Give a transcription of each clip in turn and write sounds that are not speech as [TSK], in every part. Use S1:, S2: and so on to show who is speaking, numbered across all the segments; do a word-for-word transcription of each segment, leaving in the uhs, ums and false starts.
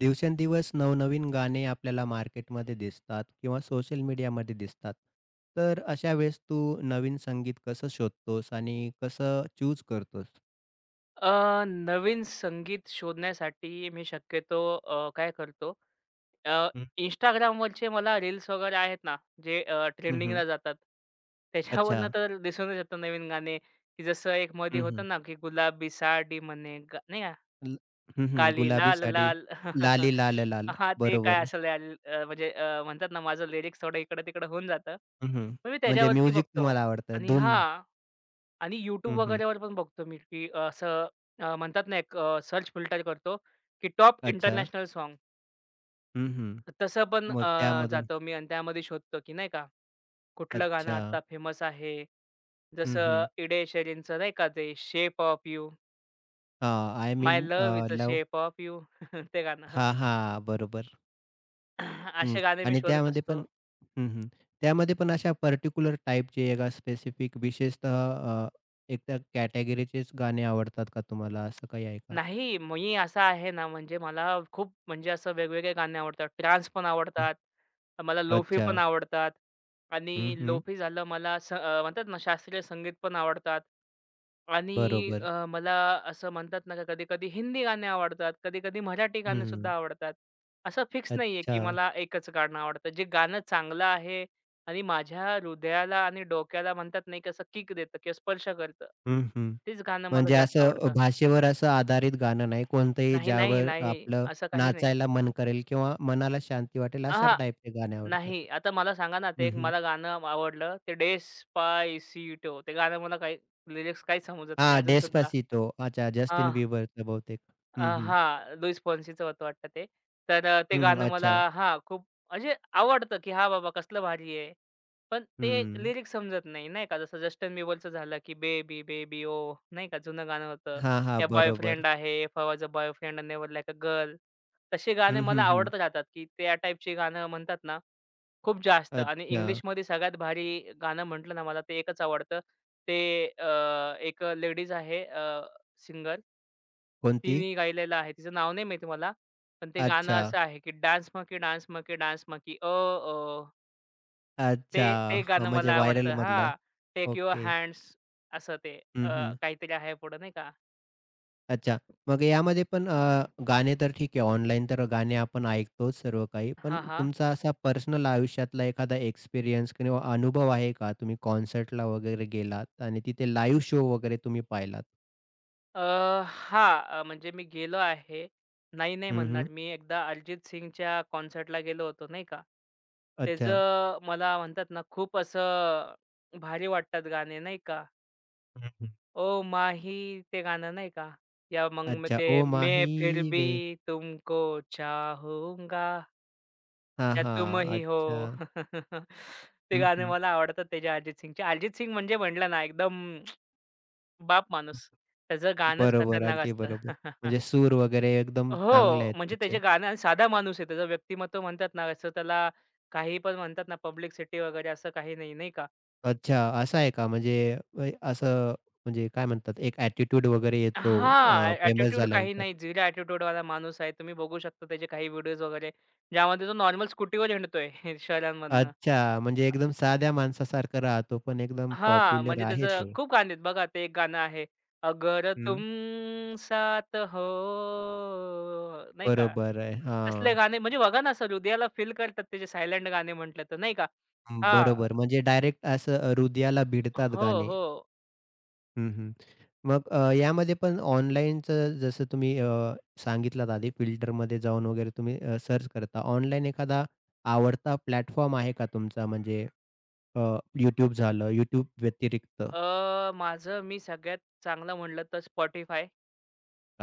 S1: दिवसेंदिवस नवनवीन गाणे आपल्याला मार्केटमध्ये दिसतात किंवा सोशल मीडियामध्ये दिसतात. तर अशा वेळेस तू नवीन संगीत कसं शोधतोस आणि कसं चूज करतोस?
S2: अ, नवीन संगीत शोधण्यासाठी मी शक्यतो अ, काय करतो. अ,
S1: हं,
S2: Instagramवरचे मला रील्स वगैरे आहेत ना, जे अ,
S1: हं, हं.
S2: ट्रेंडिंगला जातात.
S1: अच्छा.
S2: त्याच्यावरनं तर दिसूनच येतं नवीन गाणे, की जसं एक मध्ये
S1: हं, हं.
S2: होतं ना, की गुलाबी साडी म्हणे गा नाही का,
S1: ल हं, हं.
S2: काली
S1: गुलाबी
S2: लाल
S1: साडी,
S2: लाल.
S1: लाली
S2: [LAUGHS]
S1: लाल लाल.
S2: हां, ते काय
S1: बरोबर.
S2: असेल आल अ, म्हणजे अ, म्हणतात ना, माझं लिरिक्स थोडं इकडं-तिकडं होऊन जातं.
S1: हं, हं.
S2: मग मी
S1: म्हणजे
S2: त्याच्यावरती
S1: म्युझिक
S2: बघतो
S1: तुम्हाला आवडतं.
S2: आणि
S1: धून.
S2: हां. आणि YouTube
S1: हं, हं.
S2: वगैरेवर पण बघतो मी, की असं अ, म्हणतात ना, एक सर्च फिल्टर करतो, की टॉप
S1: अच्छा.
S2: International song.
S1: हं, हं.
S2: तर तसं पण
S1: मग
S2: अ,
S1: त्यामधून
S2: जातो मी आणि त्यामध्ये शोधतो, की नाही का, कुठलं गाणं
S1: अच्छा.
S2: आता फेमस आहे.
S1: हं,
S2: जसं
S1: हं.
S2: इडे शेरिनचं नाही का ते शेप ऑफ यू,
S1: हां. आय
S2: माय
S1: मीन अ,
S2: love is the
S1: love
S2: shape of you [LAUGHS] ते गाणं.
S1: हां, बरोबर.
S2: [LAUGHS]
S1: हं.
S2: असे गाणे मी
S1: आणि
S2: शोधत
S1: त्यामध्ये
S2: असतो.
S1: पण हं, हं. त्यामध्ये पण अशा पर्टिक्युलर टाइपचे एका स्पेसिफिक विशेषतः अ, एकट्या कॅटेगरीचेच गाणे आवडतात का तुम्हाला? असं काही आहे का?
S2: नाही, मी असा आहे ना, म्हणजे मला खूप म्हणजे असं वेगवेगळे गाणे आवडतात. ट्रान्स पण
S1: हं.
S2: आवडतात. मला लोफी
S1: अच्छा.
S2: पण आवडतात
S1: हं,
S2: आणि
S1: हं.
S2: लोफी झालं मला स अ, म्हणतात ना शास्त्रीय संगीत पण आवडतात आणि
S1: बरोबर.
S2: अ, मला असं म्हणतात ना का कधी-कधी हिंदी गाणे आवडतात, कधी-कधी मराठी
S1: हं.
S2: गाणेसुद्धा आवडतात. असं फिक्स नाहीये, की
S1: अच्छा.
S2: मला एकच गाणं आवडतं. जे गाणं चांगलं आहे आणि माझ्या हृदयाला आणि डोक्याला म्हणतात नाही की किक देतं किंवा स्पर्श करतं.
S1: हं, हं.
S2: तेच गाणं मला
S1: म्हणजे
S2: जास्त
S1: असं
S2: आवडतं.
S1: भाषेवर असं आधारित गाणं नाही. कोणतंही
S2: नाही, नाही,
S1: ज्यावर
S2: नाही.
S1: आपलं
S2: असं काही नाही.
S1: नाचायला मन करेल किंवा मनाला शांती वाटेल अशा
S2: अहा,
S1: टाइपचे गाणे आवडतात.
S2: नाही. आता मला सांगा ना, ते
S1: हं,
S2: एक
S1: हं.
S2: मला गाणं आवडलं. ते डेस्पायसिटो ते गाणं मला काही लिरिक्स काहीच समजत
S1: हां,
S2: नाही अजून सुद्धा.
S1: डेस्पासितो. अच्छा, जस्टिन
S2: हां.
S1: बिबरचं बहुतेक.
S2: अ,
S1: हं, हं.
S2: हां, लुईस फोन्सीचं होतं वाटतं ते. तर अ, ते
S1: हं, हं.
S2: गाणं मला
S1: अच्छा.
S2: हां, खूप म्हणजे आवडतं, की हां, बाबा कसलं भारी आहे. पण ते
S1: हं.
S2: लिरिक्स समजत नाही, नाही का. जसं जस्टिन बिबरचं झालं, की बेबी बेबी ओ नाही का जुनं गाणं होतं.
S1: हां, हां.
S2: या
S1: बरोबर.
S2: बॉयफ्रेंड आहे, if I boyfriend, never like a girl. तसे गाणे
S1: हं,
S2: मला
S1: हं, हं.
S2: आवडत राहतात, की त्या टाईपची गाणं म्हणतात ना खूप जास्त आणि
S1: अच्छा.
S2: इंग्लिशमध्ये सगळ्यात भारी गाणं म्हटलं ना मला ते एकच आवडतं. ते अ, एक लेडीज आहे सिंगर.
S1: कोणती?
S2: तिने गायलेलं आहे. तिचं नाव नाही माहिती मला. पण ते गाणं
S1: अच्छा,
S2: असं आहे, की dance monkey, dance monkey, dance monkey oh oh.
S1: अच्छा.
S2: ते ते
S1: अ,
S2: गाणं
S1: म्हणजे
S2: मला आवडतं.
S1: व्हायरलमधलं.
S2: हां. Take your
S1: okay.
S2: हँड्स असं ते अ,
S1: हं, हं.
S2: काहीतरी आहे पुढं नाही का?
S1: अच्छा. मग यामध्ये पण अ, गाणे तर ठीक आहे ऑनलाईन तर गाणे आपण ऐकतोच सर्व काही. पण
S2: हां, हां.
S1: तुमचा असा पर्सनल आयुष्यातला एखादा एक्सपिरियन्स किंवा अनुभव आहे का? तुम्ही कॉन्सर्टला वगैरे गेलात आणि तिथे लाईव्ह शो वगैरे तुम्ही पाहिलात?
S2: अ, हां. अ, म्हणजे मी गेलो आहे. नाही, नाही
S1: हं, हं.
S2: म्हणणार. मी एकदा अरिजित सिंगच्या कॉन्सर्टला गेलो होतो, नाही का.
S1: अच्छा.
S2: त्याचं मला म्हणतात ना, खूप असं भारी वाटतात गाणे, नाही का.
S1: हं, हं.
S2: ओ माही ते गाणं नाही का. या मग मग
S1: अच्छा.
S2: ते
S1: ओ
S2: मैं
S1: माही
S2: फिर भी
S1: वे
S2: तुमको चाहूंगा
S1: हां,
S2: या तुम
S1: हां.
S2: ही हो.
S1: अच्छा.
S2: [LAUGHS] ते
S1: हं,
S2: गाणे
S1: हं.
S2: मला आवडतात त्याचे अरिजित सिंगचे. अरिजित सिंग म्हणजे म्हटलं ना एकदम [TSK] बाप माणूस. त्याचं गाणंच
S1: बरोबर,
S2: खतरनाक
S1: अगदी
S2: असतं.
S1: बरोबर. म्हणजे
S2: [LAUGHS]
S1: सूर वगैरे एकदम चांगले
S2: हो,
S1: आहेत
S2: म्हणजे त्याचे
S1: त्याचे.
S2: गाणे आणि साधा माणूस आहे. त्याचं व्यक्तिमत्व म्हणतात ना, असं त्याला काही पण म्हणतात ना, पब्लिसिटी वगैरे असं काही नाही, नाही का?
S1: अच्छा, असं आहे का? म्हणजे अ, असं म्हणजे काय म्हणतात एक ॲटिट्यूड वगैरे येतो
S2: हां, ॲ
S1: फेमस
S2: ॲटिट्यूड काही
S1: झाल्यानंतर.
S2: नाही. झिरो ॲटिट्यूडवाला माणूस आहे. तुम्ही बघू शकता त्याचे काही व्हिडिओज वगैरे, ज्यामध्ये तो नॉर्मल स्कूटीवर हिंडतोय [LAUGHS] शहरांमधनं.
S1: अच्छा, म्हणजे एकदम साध्या माणसासारखा राहतो, पण एकदम
S2: हां,
S1: पॉप्युलर
S2: म्हणजे
S1: आहे
S2: त्याचं
S1: तो.
S2: खूप गाणी आहेत. बघा ते एक गाणं आहे, अगर
S1: हं,
S2: तुम साथ हो, नाही का?
S1: बरोबर आहे.
S2: तसले
S1: हां,
S2: गाणे म्हणजे बघा ना, असं हृदयाला फील करतात त्याचे सायलेंट गाणे म्हटलं तर, नाही का? हां.
S1: बरोबर. म्हणजे डायरेक्ट असं हृदयाला भिडतात
S2: हो,
S1: गाणे.
S2: हो.
S1: हं, हं. मग अ, यामध्ये पण ऑनलाईनचं जसं तुम्ही अ, सांगितलात आधी फिल्टरमध्ये जाऊन वगैरे तुम्ही अ, सर्च करता. ऑनलाईन एखादा आवडता प्लॅटफॉर्म आहे का तुमचा? म्हणजे अ, YouTube झालं, YouTube व्यतिरिक्त?
S2: अ, माझं मी सगळ्यात चांगलं म्हटलं तर Spotify.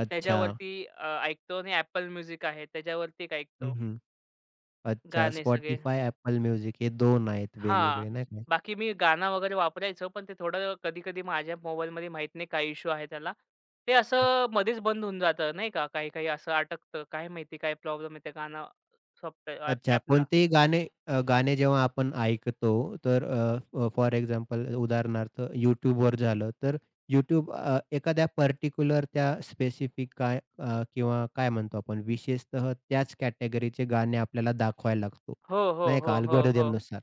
S1: अच्छा.
S2: त्याच्यावरती अ, ऐकतो आणि Apple Music आहे. त्याच्यावरती एक
S1: हं,
S2: ऐकतो
S1: हं. अच्छा.
S2: गाणे सगळे.
S1: Spotify, Apple Music हे दोन आहेत
S2: हां.
S1: वेगवेगळे, नाही का?
S2: बाकी मी गाणं वगैरे वापरायचो, पण ते थोडं कधी-कधी माझ्या मोबाईलमध्ये माहीत नाही काय इश्यू आहे त्याला. ते असं मध्येच बंद होऊन जातं नाही का, काही-काही असं अटकतं. काय माहिती काय प्रॉब्लेम आहे त्या गाणं सॉफ्ट
S1: अच्छा.
S2: ॲपला.
S1: कोणतेही गाणे अ, गाणे जेव्हा आपण ऐकतो तर अ, अ, फॉर एक्झाम्पल उदाहरणार्थ YouTubeवर झालं तर YouTube अ, एखाद्या पर्टिक्युलर त्या स्पेसिफिक काय अ, किंवा काय म्हणतो आपण विशेषतः त्याच कॅटेगरीचे गाणे आपल्याला दाखवायला लागतो,
S2: हो, हो,
S1: नाही का
S2: हो, हो, हो.
S1: अल्गोरिदमनुसार.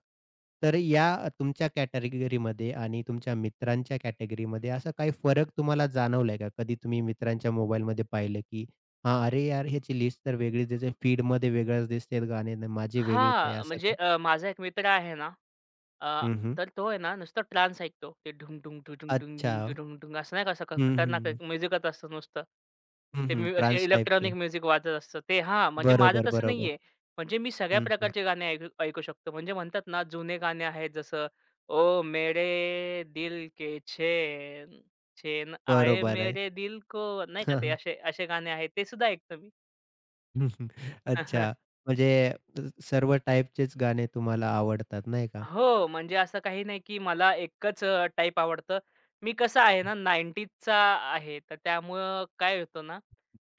S1: तर या तुमच्या कॅटेगरीमध्ये आणि तुमच्या मित्रांच्या कॅटेगरीमध्ये असा काही फरक तुम्हाला जाणवलाय का? कधी तुम्ही मित्रांच्या मोबाईलमध्ये पाहिलं की हां, अरे यार, ह्याची लिस्ट तर वेगळीच दिसते. फीडमध्ये वेगळंच दिसते गाणे आणि माझी वेगळीच आहे
S2: हां,
S1: असं
S2: म्हणजे
S1: काही.
S2: अ, माझा एक मित्र आहे ना, अ,
S1: हं, हं.
S2: तर तो आहे ना नुसतं ट्रान्स ऐकतो. ते ढुंग ढुंग ढुडुंग ढुंग
S1: अच्छा.
S2: ढुंग ढुडुंग ढुंग असं नाही का असं ख-
S1: हं,
S2: खतरनाक
S1: हं.
S2: एक म्युझिकच असतं नुसतं.
S1: हं,
S2: ते
S1: हं.
S2: मी असे
S1: ट्रान्स
S2: इलेक्ट्रॉनिक
S1: टाइपचे.
S2: म्युझिक वाजत असतं. ते हां, म्हणजे माझं
S1: बरोबर,
S2: तसं
S1: बरोबर.
S2: नाहीये. म्हणजे मी सगळ्या
S1: हं, हं.
S2: प्रकारचे गाणे ऐकू ऐकू शकतो. म्हणजे म्हणतात ना जुने गाणे आहेत जसं ओ मेरे दिल के चैन, चैन आये
S1: बरोबर आहे.
S2: मेरे दिल को नाही का ते
S1: [LAUGHS]
S2: असे असे गाणे आहेत ते सुद्धा ऐकतो मी.
S1: हं, हं. अच्छा.
S2: [LAUGHS]
S1: म्हणजे सर्व टाइपचेच गाणे तुम्हाला आवडतात नाही का?
S2: हो, म्हणजे असं काही नाही, की मला एकच अ, टाइप आवडतं. मी कसं आहे ना, 90sचा आहे. तर त्यामुळं काय होतं ना,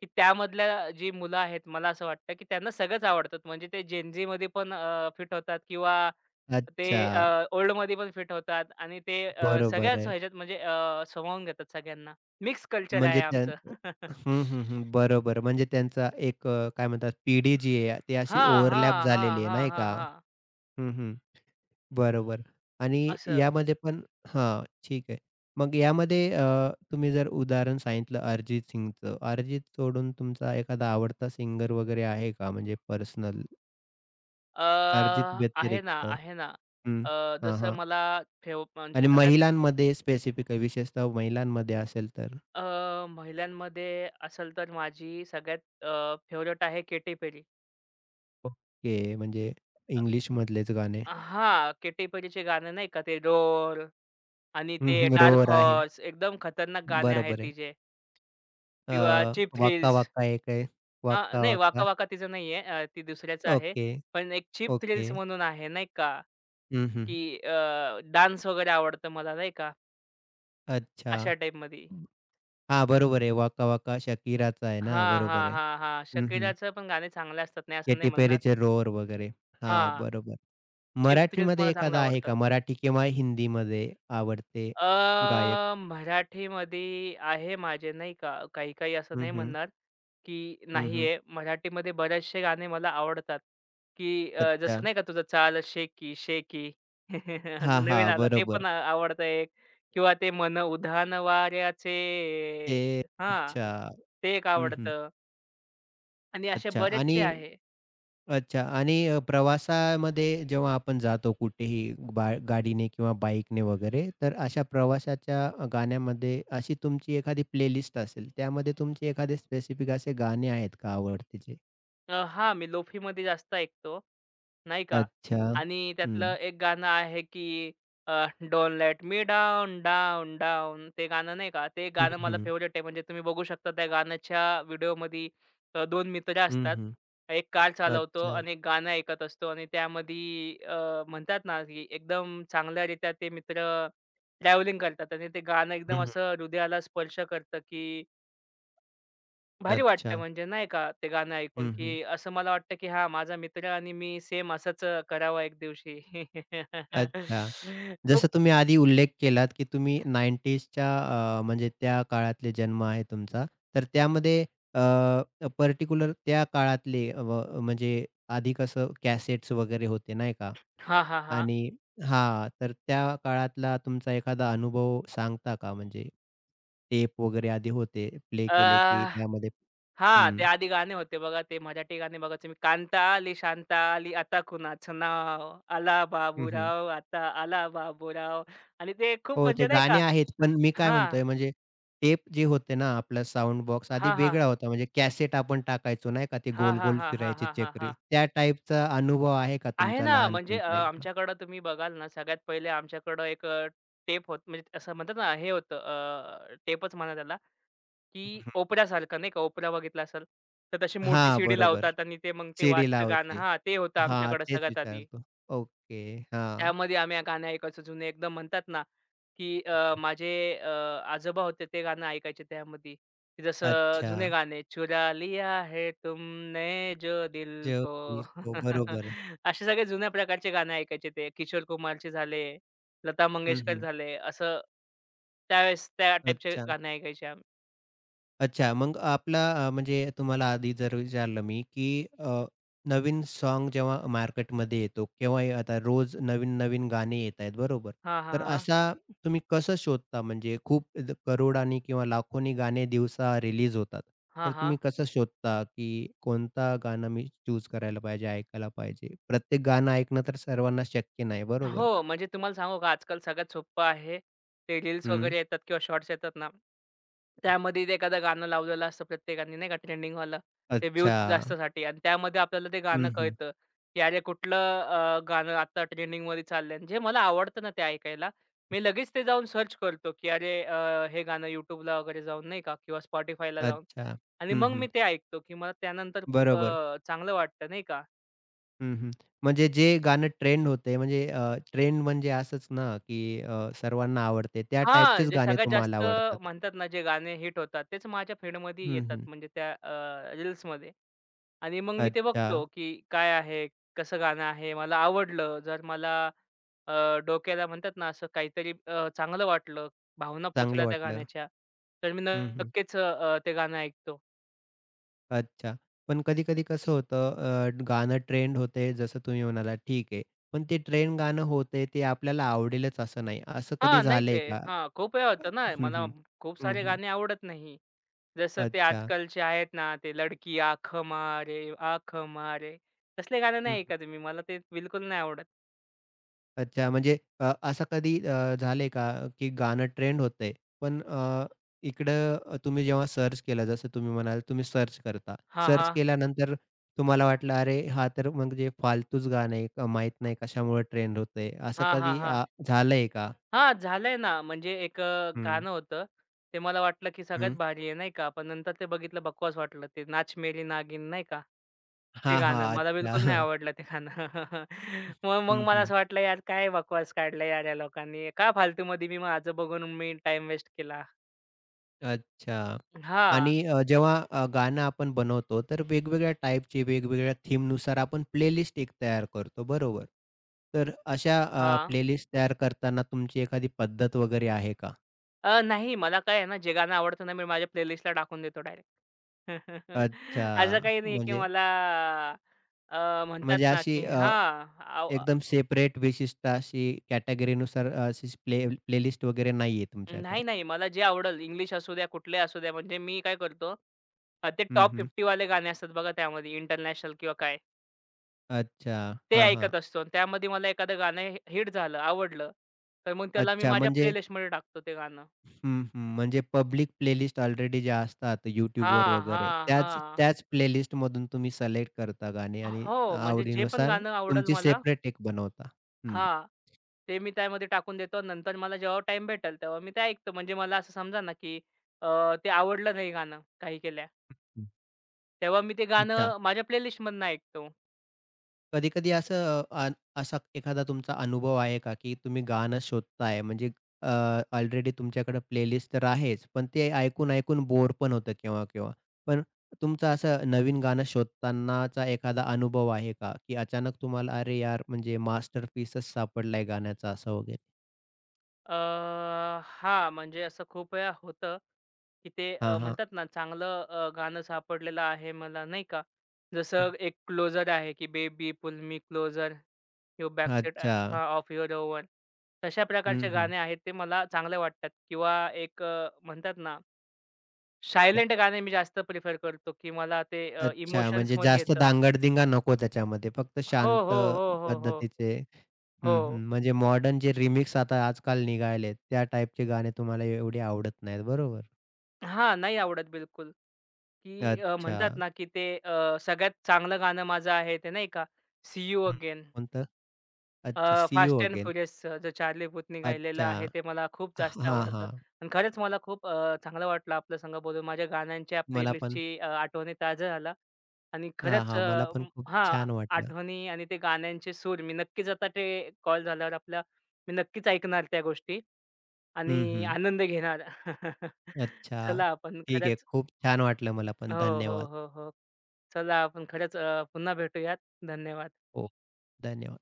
S2: की त्यामधल्या जी मुलं आहेत, मला असं वाटतं, की त्यांना सगळंच आवडतं. म्हणजे ते Gen Zमध्ये पण फिट होतात किंवा
S1: अच्छा.
S2: ते अ, ओल्डमध्ये पण फिट होतात आणि ते अ,
S1: बरोबर
S2: सगळ्याच
S1: आहे.
S2: ह्याच्यात म्हणजे अ, सामावून घेतात सगळ्यांना. मिक्स कल्चर आहे
S1: म्हणजे त्यां
S2: आमचं. [LAUGHS]
S1: हं, हं, हं. बरोबर. म्हणजे त्यांचा एक अ, काय म्हणतात पिढी जी आहे, ती अशी
S2: हां,
S1: ओव्हरलॅप
S2: हां, हां,
S1: झालेली आहे
S2: हां,
S1: नाही
S2: हां,
S1: का?
S2: हां.
S1: हं, हं. बरोबर आणि
S2: असं.
S1: यामध्ये पण हां, ठीक आहे. मग यामध्ये अ, तुम्ही जर उदाहरण सांगितलं अरिजित सिंगचं. अरिजित सोडून तुमचा एखादा आवडता सिंगर वगैरे आहे का? म्हणजे पर्सनल
S2: अ,
S1: अरिजित
S2: आहे ना,
S1: व्यतिरिक्त?
S2: आहे ना.
S1: हं.
S2: अ,
S1: हां,
S2: जसं
S1: हां.
S2: मला फेव म्हणजे
S1: आणि
S2: सगळ्यात
S1: महिलांमध्ये स्पेसिफिक आहे, विशेषतः महिलांमध्ये असेल तर?
S2: अ, महिलांमध्ये असेल तर माझी सगळ्यात अ, फेव्हरेट आहे केटी पेरी.
S1: ओके. म्हणजे इंग्लिशमधलेच गाणे. [LAUGHS]
S2: हां, केटी पेरीचे गाणे नाही का ते डोर आणि
S1: हं,
S2: ते
S1: हं.
S2: डार्क
S1: रोअर आहे.
S2: हॉर्स एकदम खतरनाक गाणे आहेत
S1: बरोबर आहे.
S2: तिचे
S1: अ,
S2: किंवा चीप
S1: वाक्का
S2: थ्रिल्स.
S1: वाक्का एक आहे.
S2: हां,
S1: वाक्का
S2: नाही वाका
S1: वाक्का.
S2: वाका तिचं नाहीये अ, ती दुसऱ्याचं आहे.
S1: ओके,
S2: पण एक चीप
S1: ओके.
S2: थ्रिल्स म्हणून आहे नाही का,
S1: हं, हं.
S2: की अ, डान्स वगैरे आवडतं मला नाही का,
S1: अच्छा.
S2: अशा टाईपमध्ये.
S1: हां, बरोबर आहे. "वाका वाका शकीराचा" आहे ना,
S2: हां,
S1: बरोबर
S2: हां,
S1: आहे.
S2: हां, हां.
S1: हं, हं.
S2: शकीलाचं पण गाणे चांगले असतात. नाही असं
S1: "केटी
S2: नाही म्हणणार.
S1: पेरीचे रोर" वगैरे. हां,
S2: हां,
S1: बरोबर.
S2: चीप थ्रिल्स
S1: मराठीमध्ये
S2: मला चांगलं
S1: एखादा आहे
S2: आवडतं.
S1: का? मराठी किंवा हिंदीमध्ये आवडते गायक?
S2: अ, मराठीमध्ये आहे माझे नाही का, काही-काही असं
S1: हं,
S2: नाही
S1: हं.
S2: म्हणणार, की
S1: हं, हं.
S2: नाही मराठीमध्ये बरेचसे गाणे मला आवडतात, की अ,
S1: अच्छा.
S2: जसं नाही का तुझं चाल शेकी शेकी [LAUGHS] आता
S1: हां, हां.
S2: नवीन आलं ते पण
S1: बरोबर.
S2: आ आवडतं एक किंवा ते मन उधाण वाऱ्याचे
S1: ते
S2: हां,
S1: अच्छा.
S2: ते एक
S1: हं, हं.
S2: आवडतं आणि असे
S1: अच्छा आणि
S2: बरेचसे आहे.
S1: अच्छा आणि अ, प्रवासामध्ये जेव्हा आपण जातो कुठेही बा गाडीने किंवा बाईकने वगैरे, तर अशा प्रवासाच्या अ, गाण्यामध्ये अशी तुमची एखादी प्लेलिस्ट असेल, त्यामध्ये तुमचे एखादे स्पेसिफिक असे गाणे आहेत का आवडतीचे?
S2: अ, हां, मी लोफीमध्ये जास्त ऐकतो, नाही का.
S1: अच्छा.
S2: आणि त्यातलं
S1: हं.
S2: एक गाणं आहे की अ, don't let me down, down, down ते गाणं नाही का, ते
S1: हं,
S2: गाणं मला
S1: हं.
S2: फेव्हरेट आहे. म्हणजे तुम्ही बघू शकता त्या गाण्याच्या व्हिडिओमध्ये अ, दोन मित्र
S1: हं,
S2: असतात.
S1: हं.
S2: एक कार चालवतो
S1: अच्छा.
S2: आणि एक गाणं ऐकत असतो आणि त्यामध्ये अ, म्हणतात ना, की एकदम चांगल्यारीत्या ते मित्र ट्रॅव्हलिंग करतात आणि ते गाणं एकदम
S1: हं, हं.
S2: असं हृदयाला स्पर्श करतं की भारी वाटतं
S1: अच्छा.
S2: म्हणजे नाही का ते गाणं ऐकून,
S1: हं, हं.
S2: की असं मला वाटतं, की हां, माझा मित्र आणि मी सेम असंच अ, करावं एक दिवशी.
S1: अच्छा.
S2: [LAUGHS] खूप
S1: जसं तुम्ही आधी उल्लेख केलात, की तुम्ही 90sच्या अ, म्हणजे त्या काळातले जन्म आहे तुमचा. तर त्यामध्ये अ, पर्टिक्युलर त्या काळातले व म्हणजे आधी कसं कॅसेट्स वगैरे होते नाही का?
S2: हां, हां, हां.
S1: आणि हां, तर त्या काळातला तुमचा एखादा अनुभव सांगता का? म्हणजे टेप वगैरे आधी होते, प्ले केले की
S2: अ,
S1: त्यामध्ये
S2: हां,
S1: हं.
S2: ते आधी गाणे होते बघा ते मराठी गाणे बघा तुम्ही कांता आली, शांता आली, आता कुणाचं नाव? आला बाबूराव, आता आला बाबूराव आणि ते खूप
S1: हो,
S2: म्हणजे
S1: ते
S2: नाही
S1: गाणे
S2: का
S1: आहेत. पण मी काय
S2: हां.
S1: म्हणतोय म्हणजे टेप जे होते ना आपला साउंड बॉक्स आधी
S2: हां, हां.
S1: वेगळा होता. म्हणजे कॅसेट आपण टाकायचो नाही का, ते
S2: हां, हां,
S1: गोल-गोल
S2: हां, हां,
S1: फिरायची
S2: हां, हां,
S1: चक्री.
S2: हां.
S1: त्या टाईपचा अनुभव आहे का
S2: आहे
S1: तुमचा
S2: ना, म्हणजे अ,
S1: लहानपणचा एकदम?
S2: आमच्याकडं तुम्ही बघाल ना, सगळ्यात पहिले आमच्याकडं एक टेप होत म्हणजे असं म्हणतात ना, हे होतं टेपच म्हणा त्याला,
S1: हं,
S2: की
S1: हं.
S2: ओपरासारखं नाही का, ओपरा बघितला असेल, तर तशी मोठी
S1: हां,
S2: सीडी
S1: बरोबर.
S2: लावतात आणि ते मग ते
S1: सीडी
S2: वाजतं गाणं
S1: लावायची.
S2: हां, ते होतं
S1: हां,
S2: आमच्याकडं
S1: तेच
S2: सगळ्यात आधी.
S1: विचारतो. ओके. हां.
S2: त्यामध्ये आम्ही गाणं ऐकायचो जुने एकदम म्हणतात ना, की अ, माझे अ, आजोबा होते ते गाणं ऐकायचे त्यामध्ये. की जसं
S1: अच्छा.
S2: जुने गाणे चुरा लिया है तुमने जो दिल को.
S1: जेवतील. हो,
S2: [LAUGHS]
S1: बरोबर.
S2: असे सगळे जुन्या प्रकारचे गाणे ऐकायचे ते. किशोर कुमारचे झाले, लता
S1: हं,
S2: मंगेशकर
S1: हं.
S2: झाले. असं त्यावेळेस त्या टाईपचे
S1: अच्छा.
S2: गाणे ऐकायचे आम्ही.
S1: अच्छा, मग आपला अ, म्हणजे तुम्हाला आधी जर विचारलं मी, की अ, नवीन सॉन्ग जेव्हा मार्केटमध्ये येतो किंवा हे आता रोज नवीन-नवीन गाणे येत आहेत, बरोबर?
S2: हां, हां,
S1: तर
S2: हां.
S1: असा तुम्ही कसं शोधता? म्हणजे खूप द करोडांनी किंवा लाखोनी गाणे दिवसा रिलीज होतात.
S2: हां,
S1: तर
S2: हां.
S1: तुम्ही कसं शोधता, की कोणता गाणं मी चूज करायला पाहिजे, ऐकायला पाहिजे? प्रत्येक गाणं ऐकणं तर सर्वांना शक्य नाही, बरोबर?
S2: हो, म्हणजे तुम्हाला सांगू का, आजकाल सगळ्यात सोपं आहे. ते रील्स
S1: हं.
S2: वगैरे येतात किंवा शॉर्ट्स येतात ना, त्यामध्ये ते एखादं गाणं लावलेलं असतं प्रत्येकाने नाही का ट्रेंडिंगवालं, ते व्ह्यूज
S1: अच्छा.
S2: जास्तसाठी आणि त्यामध्ये आपल्याला ते
S1: हं,
S2: गाणं
S1: हं.
S2: कळतं, की अरे कुठलं अ, गाणं आता ट्रेंडिंगमध्ये चाललंय आणि जे मला आवडतं ना ते ऐकायला, मी लगेच ते जाऊन सर्च करतो, की अरे अ, हे गाणं YouTubeला वगैरे जाऊन नाही का किंवा Spotifyला जाऊन
S1: अच्छा.
S2: आणि
S1: हं,
S2: मग
S1: हं.
S2: मी ते ऐकतो, की मला त्यानंतर खूप
S1: बरोबर.
S2: अ, चांगलं वाटतं नाही का.
S1: हं, हं. म्हणजे जे गाणं ट्रेंड होतंय म्हणजे अ, ट्रेंड म्हणजे असंच ना, की अ, सर्वांना आवडते. त्या
S2: हां,
S1: टाइपचेच
S2: जे
S1: गाणे
S2: सगळ्यात
S1: तुम्हाला
S2: जास्त
S1: आवडतात.
S2: म्हणतात ना, जे गाणे हिट होतात, तेच माझ्या फीडमध्ये
S1: हं,
S2: येतात.
S1: हं.
S2: म्हणजे त्या अ, रील्समध्ये आणि मग मी ते
S1: अच्छा.
S2: बघतो, की काय आहे, कसं गाणं आहे, मला आवडलं. जर मला अ, डोक्याला म्हणतात ना, असं काहीतरी अ, चांगलं वाटलं, भावना
S1: चांगलं
S2: पोचल्या त्या
S1: वाटलं.
S2: गाण्याच्या, तर मी
S1: हं, हं.
S2: नक्कीच अ, ते गाणं ऐकतो.
S1: अच्छा. पण कधी-कधी कसं होतं अ, गाणं ट्रेंड होतंय जसं तुम्ही म्हणालात ठीक आहे. पण ते ट्रेंड गाणं होतंय ते आपल्याला आवडेलच असं नाही. असं कधी
S2: हां, नाहीच
S1: झालंय
S2: आहे.
S1: का?
S2: हां, खूप वेळा होतं ना,
S1: हं,
S2: मला
S1: हं.
S2: खूप
S1: हं,
S2: सारे
S1: हं.
S2: गाणे आवडत नाही. जसं ते
S1: अच्छा.
S2: आजकालचे आहेत ना, ते लडकी आख मारे, आख मारे तसले गाणे
S1: हं.
S2: नाही ऐकत मी. मला ते बिलकुल नाही आवडत.
S1: अच्छा, म्हणजे अ, असं कधी अ, झालंय का, की गाणं ट्रेंड होतंय, पण अ, इकडं अ, तुम्ही जेव्हा सर्च केलं, जसं तुम्ही म्हणालात, तुम्ही सर्च करता.
S2: हां,
S1: सर्च
S2: हां.
S1: केल्यानंतर तुम्हाला वाटलं, "अरे, हा तर म्हणजे फालतूच गाणं आहे, अ, माहीत नाही कशामुळे ट्रेंड होतंय." असं
S2: हां, हां,
S1: कधी
S2: हां.
S1: अ, झालंय का?
S2: हां, झालंय ना. म्हणजे एक अ,
S1: हं,
S2: गाणं होतं. ते मला वाटलं, की सगळ्यात
S1: हं.
S2: भारी आहे, नाही का. पण नंतर ते बघितलं बकवास वाटलं. ते नाच मेरी नागिन नाही का? ते
S1: हां,
S2: गाणं
S1: हां.
S2: मला बिलकुल नाही
S1: अच्छा. [LAUGHS]
S2: आवडलं ते गाणं. [LAUGHS] मग मग
S1: हं,
S2: मला
S1: हं.
S2: असं वाटलं, यार काय बकवास काढला यार या लोकांनी. का फालतूमध्ये मी माझं बघून मी टाईम वेस्ट केला.
S1: अच्छा.
S2: हां,
S1: आणि अ, जेव्हा अ, गाणं आपण बनवतो, तर वेगवेगळ्या टाईपचे, वेगवेगळ्या थीमनुसार आपण प्लेलिस्ट एक तयार करतो, बरोबर? तर अशा अ,
S2: हां.
S1: प्लेलिस्ट तयार करताना तुमची एखादी पद्धत वगैरे आहे का?
S2: अ, नाही मला काय आहे ना, जे गाणं आवडतं ना, मी माझ्या प्लेलिस्टला टाकून देतो डायरेक्ट. [LAUGHS] असं
S1: अच्छा.
S2: काही नाही, की
S1: म्हणजे
S2: मला अ, म्हणतात
S1: म्हणजे
S2: ना,
S1: अशी
S2: की
S1: अ,
S2: हां,
S1: एकदम सेपरेट विशिष्ट अशी कॅटेगरीनुसार अशी प्ले प्लेलिस्ट वगैरे नाहीये
S2: नाही,
S1: तुमच्याकडे.
S2: नाही. मला जे आवडल इंग्लिश असू द्या, कुठले असू द्या. म्हणजे मी काय करतो अ, ते
S1: हं,
S2: टॉप
S1: हं.
S2: पन्नास वाले गाणे असतात बघा त्यामध्ये इंटरनॅशनल किंवा काय,
S1: अच्छा.
S2: ते
S1: हां, हां.
S2: ऐकत असतो आणि त्यामध्ये मला एखादं गाणं हिट झालं, आवडलं, तर मग त्याला मी
S1: अच्छा
S2: माझ्या
S1: म्हणजे
S2: प्लेलिस्टमध्ये टाकतो ते गाणं.
S1: हं, हं. म्हणजे पब्लिक प्लेलिस्ट ऑलरेडी ज्या असतात YouTubeवर
S2: हां,
S1: वगैरे,
S2: हां,
S1: त्याच
S2: हां.
S1: त्याच प्लेलिस्टमधून तुम्ही सिलेक्ट करता गाणी आणि
S2: हो, म्हणजे जे पण
S1: आवडीनुसार
S2: गाणं आवडेल
S1: तुमची
S2: मला
S1: सेपरेट एक बनवता. हं,
S2: हां, ते मी त्यामध्ये टाकून देतो. नंतर मला जेव्हा टाईम भेटेल तेव्हा मी ते ऐकतो. म्हणजे मला असं समजा ना, की अ, ते आवडलं नाही गाणं काही केल्या,
S1: हं.
S2: तेव्हा मी ते
S1: अच्छा.
S2: गाणं माझ्या प्लेलिस्टमधनं ऐकतो.
S1: कधी-कधी असं अ, अन असा एखादा तुमचा अनुभव आहे का, की तुम्ही गाणं शोधताय म्हणजे ऑलरेडी तुमच्याकडे प्लेलिस्ट तर आहेच, पण ते ऐकून-ऐकून बोर पण होतं केव्हा-केव्हा. पण तुमचं असं नवीन गाणं शोधतानाचा एखादा अनुभव आहे का, की अचानक तुम्हाला "अरे यार, म्हणजे मास्टरपीसच सापडलाय गाण्याचा" असं वगैरे?
S2: अ, हां, म्हणजे असं खूप वेळा होतं, की ते
S1: हां,
S2: अ,
S1: हां.
S2: म्हणतात ना चांगलं अ, गाणं सापडलेलं आहे मला नाही का. जसं एक क्लोजर आहे, की baby pull me closer, you back set
S1: अच्छा.
S2: हां, ऑफ युअर ओव्हन. तशा
S1: हं,
S2: प्रकारचे
S1: हं.
S2: गाणे आहेत ते मला चांगले वाटतात किंवा एक अ, म्हणतात ना
S1: अ,
S2: सायलेंट गाणे मी जास्त प्रिफर करतो, की मला ते अ,
S1: अच्छा, म्हणजे
S2: इमोशन्समध्ये
S1: जास्त
S2: येतं.
S1: धांगड-धिंगा नको त्याच्यामध्ये. फक्त
S2: हो,
S1: शांत
S2: हो, हो, हो, हो,
S1: पद्धतीचे हं,
S2: हो.
S1: हं. म्हणजे मॉडर्न जे रिमिक्स आता आजकाल निघालेत, त्या टाइपचे गाणे तुम्हाला एवढे आवडत नाहीत, बरोबर.
S2: हां, नाही आवडत बिलकुल. की अ,
S1: अच्छा.
S2: म्हणतात ना, की ते अ, सगळ्यात चांगलं गाणं माझं आहे ते नाही का, "सी यू
S1: हं.
S2: अगेन"
S1: कोणतं? अच्छा, "see you
S2: fast and
S1: again."
S2: फ्युरियसचं जो चार्ली पुथनी गायलेलं
S1: अच्छा.
S2: आहे, ते मला खूप जास्त
S1: हां,
S2: आवडतं
S1: हां.
S2: आणि खरंच मला खूप अ, चांगलं वाटलं आपल्या संग बोलून. माझ्या गाण्यांच्या
S1: मला पण
S2: प्लेलिस्टची आठवणी ताज्या झाल्या आणि
S1: हां,
S2: खरंच
S1: हां. मला
S2: अ,
S1: पण खूप
S2: हां,
S1: छान वाटलं.
S2: आठवणी आणि ते गाण्यांचे सूर मी नक्कीच आता ते कॉल झाल्यावर आपला मी नक्कीच ऐकणार त्या गोष्टी
S1: हं,
S2: आणि
S1: हं.
S2: आनंद घेणार. [LAUGHS]
S1: अच्छा.
S2: चला आपण
S1: ठीक आहे.
S2: खरंच
S1: खूप छान वाटलं मला
S2: हो,
S1: पण.
S2: हो,
S1: धन्यवाद.
S2: हो, हो. चला आपण खरंच अ, पुन्हा भेटूयात. धन्यवाद.
S1: हो, धन्यवाद.